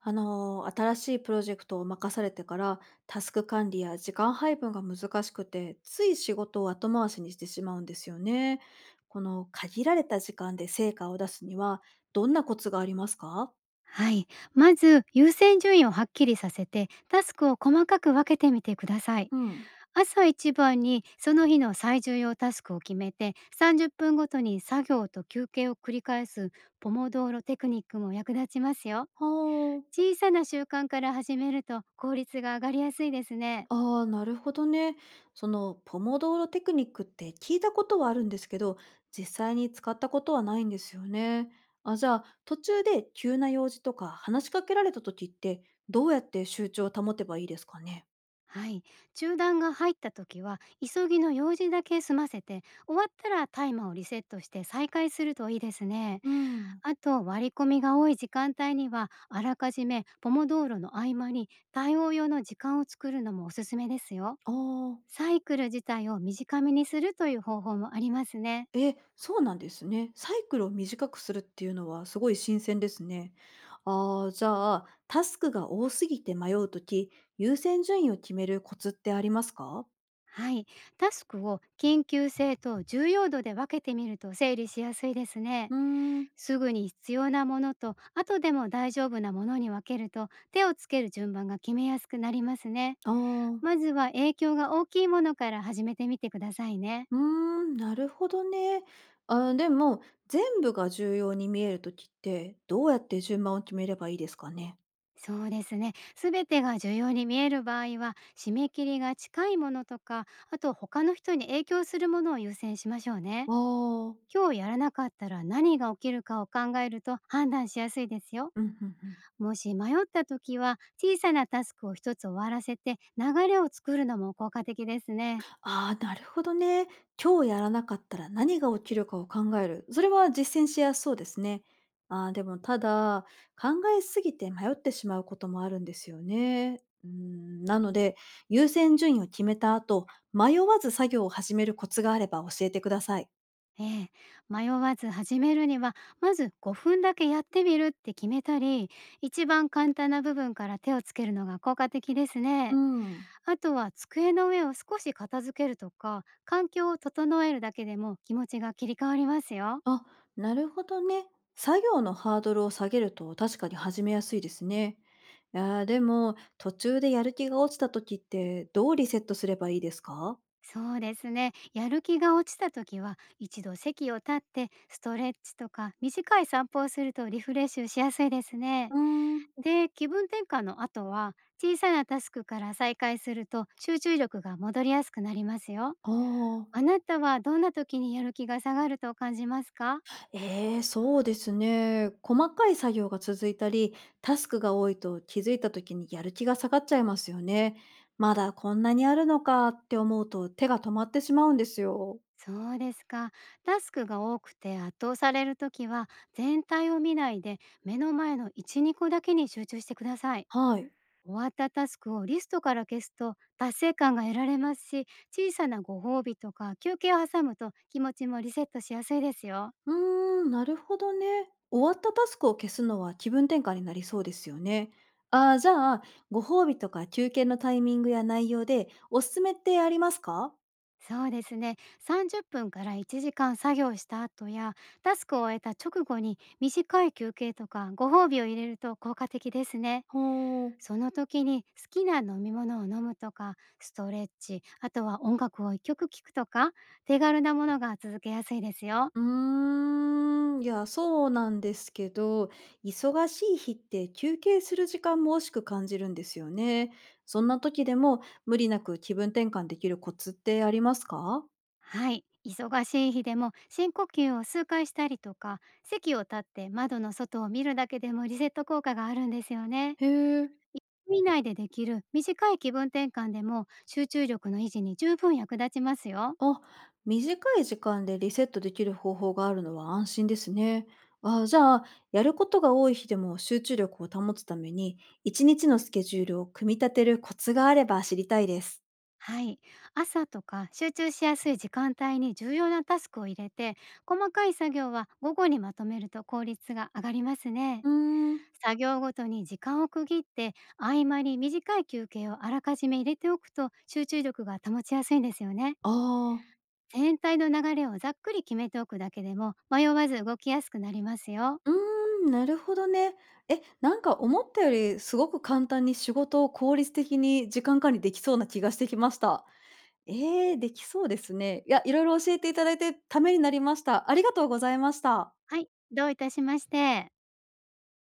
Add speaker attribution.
Speaker 1: 新しいプロジェクトを任されてから、タスク管理や時間配分が難しくて、つい仕事を後回しにしてしまうんですよね。この限られた時間で成果を出すには、どんなコツがありますか？
Speaker 2: はい。まず優先順位をはっきりさせて、タスクを細かく分けてみてください。
Speaker 1: うん。
Speaker 2: 朝一番にその日の最重要タスクを決めて、30分ごとに作業と休憩を繰り返すポモドーロテクニックも役立ちますよ。
Speaker 1: は
Speaker 2: 小さな習慣から始めると効率が上がりやすいですね。
Speaker 1: あ、あーなるほどね。その、ポモドーロテクニックって聞いたことはあるんですけど、実際に使ったことはないんですよね。あ、じゃあ、途中で急な用事とか話しかけられた時って、どうやって集中を保てばいいですかね？
Speaker 2: はい、中断が入った時は急ぎの用事だけ済ませて、終わったらタイマーをリセットして再開するといいですね。
Speaker 1: うん。
Speaker 2: あと、割り込みが多い時間帯にはあらかじめポモドーロの合間に対応用の時間を作るのもおすすめですよ。
Speaker 1: ああ。
Speaker 2: サイクル自体を短めにするという方法もありますね。
Speaker 1: え、そうなんですね。サイクルを短くするっていうのはすごい新鮮ですね。ああ、じゃあ、タスクが多すぎて迷うとき、優先順位を決めるコツってありますか？
Speaker 2: はい、タスクを緊急性と重要度で分けてみると整理しやすいですね。
Speaker 1: うーん。
Speaker 2: すぐに必要なものと後でも大丈夫なものに分けると、手をつける順番が決めやすくなりますね。
Speaker 1: あ
Speaker 2: ま
Speaker 1: あ。
Speaker 2: ずは影響が大きいものから始めてみてくださいね。
Speaker 1: うーん、なるほどね。あーでも、全部が重要に見えるときって、どうやって順番を決めればいいですかね。
Speaker 2: そうですね。すべてが重要に見える場合は、締め切りが近いものとか、あと他の人に影響するものを優先しましょうね。
Speaker 1: ああ。
Speaker 2: 今日やらなかったら何が起きるかを考えると判断しやすいですよ。
Speaker 1: うん、うん、うん。
Speaker 2: もし迷った時は、小さなタスクを一つ終わらせて流れを作るのも効果的ですね。
Speaker 1: ああ、なるほどね。今日やらなかったら何が起きるかを考える。それは実践しやすそうですね。ああ、でもただ、考えすぎて迷ってしまうこともあるんですよね。うん、なので、優先順位を決めた後、迷わず作業を始めるコツがあれば教えてください。
Speaker 2: ええ、迷わず始めるには、まず5分だけやってみるって決めたり、一番簡単な部分から手をつけるのが効果的です
Speaker 1: う
Speaker 2: ね。
Speaker 1: ん。
Speaker 2: あとは机の上を少し片付けるとか、環境を整えるだけでも気持ちが切り替わりますよ。
Speaker 1: あ、なるほどね。作業のハードルを下げると確かに始めやすいですね。いやーでも、途中でやる気が落ちた時ってどうリセットすればいいですか？
Speaker 2: そうですね。やる気が落ちた時は、一度席を立って、ストレッチとか短い散歩をするとリフレッシュしやすいですね。
Speaker 1: うーん。
Speaker 2: で、気分転換の後は、小さなタスクから再開すると集中力が戻りやすくなりますよ。
Speaker 1: ああ、
Speaker 2: あなたはどんな時にやる気が下がると感じますか？
Speaker 1: ええ、そうですね。細かい作業が続いたり、タスクが多いと気づいた時にやる気が下がっちゃいますよね。まだこんなにあるのかって思うと手が止まってしまうんですよ。
Speaker 2: そうですか。タスクが多くて圧倒される時は、全体を見ないで目の前の1、2個だけに集中してください。
Speaker 1: はい。
Speaker 2: 終わったタスクをリストから消すと達成感が得られますし、小さなご褒美とか休憩を挟むと気持ちもリセットしやすいですよ。
Speaker 1: うーん、なるほどね。終わったタスクを消すのは気分転換になりそうですよね。ああ、じゃあ、ご褒美とか休憩のタイミングや内容でおすすめってありますか？
Speaker 2: そうですね、30分から1時間作業した後や、タスクを終えた直後に短い休憩とかご褒美を入れると効果的ですね。
Speaker 1: ほう。
Speaker 2: その時に好きな飲み物を飲むとか、ストレッチ、あとは音楽を一曲聴くとか、手軽なものが続けやすいですよ。
Speaker 1: うーん、いや、そうなんですけど、忙しい日って休憩する時間も惜しく感じるんですよね。そんな時でも無理なく気分転換できるコツってありますか？
Speaker 2: はい。忙しい日でも深呼吸を数回したりとか、席を立って窓の外を見るだけでもリセット効果があるんですよね。
Speaker 1: へえ。
Speaker 2: 1分以内でできる短い気分転換でも集中力の維持に十分役立ちますよ。
Speaker 1: あ、短い時間でリセットできる方法があるのは安心ですね。あ、じゃあ、やることが多い日でも集中力を保つために、一日のスケジュールを組み立てるコツがあれば知りたいです。
Speaker 2: はい。朝とか集中しやすい時間帯に重要なタスクを入れて、細かい作業は午後にまとめると効率が上がりますね。
Speaker 1: うーん、
Speaker 2: 作業ごとに時間を区切って、合間に短い休憩をあらかじめ入れておくと集中力が保ちやすいんですよね。
Speaker 1: ああー。
Speaker 2: 全体の流れをざっくり決めておくだけでも迷わず動きやすくなりますよ。
Speaker 1: うーん、なるほどね。え、なんか思ったよりすごく簡単に仕事を効率的に時間管理できそうな気がしてきました。ええ、できそうですね。いや、いろいろ教えていただいてためになりました。ありがとうございました。
Speaker 2: はい、どういたしまして。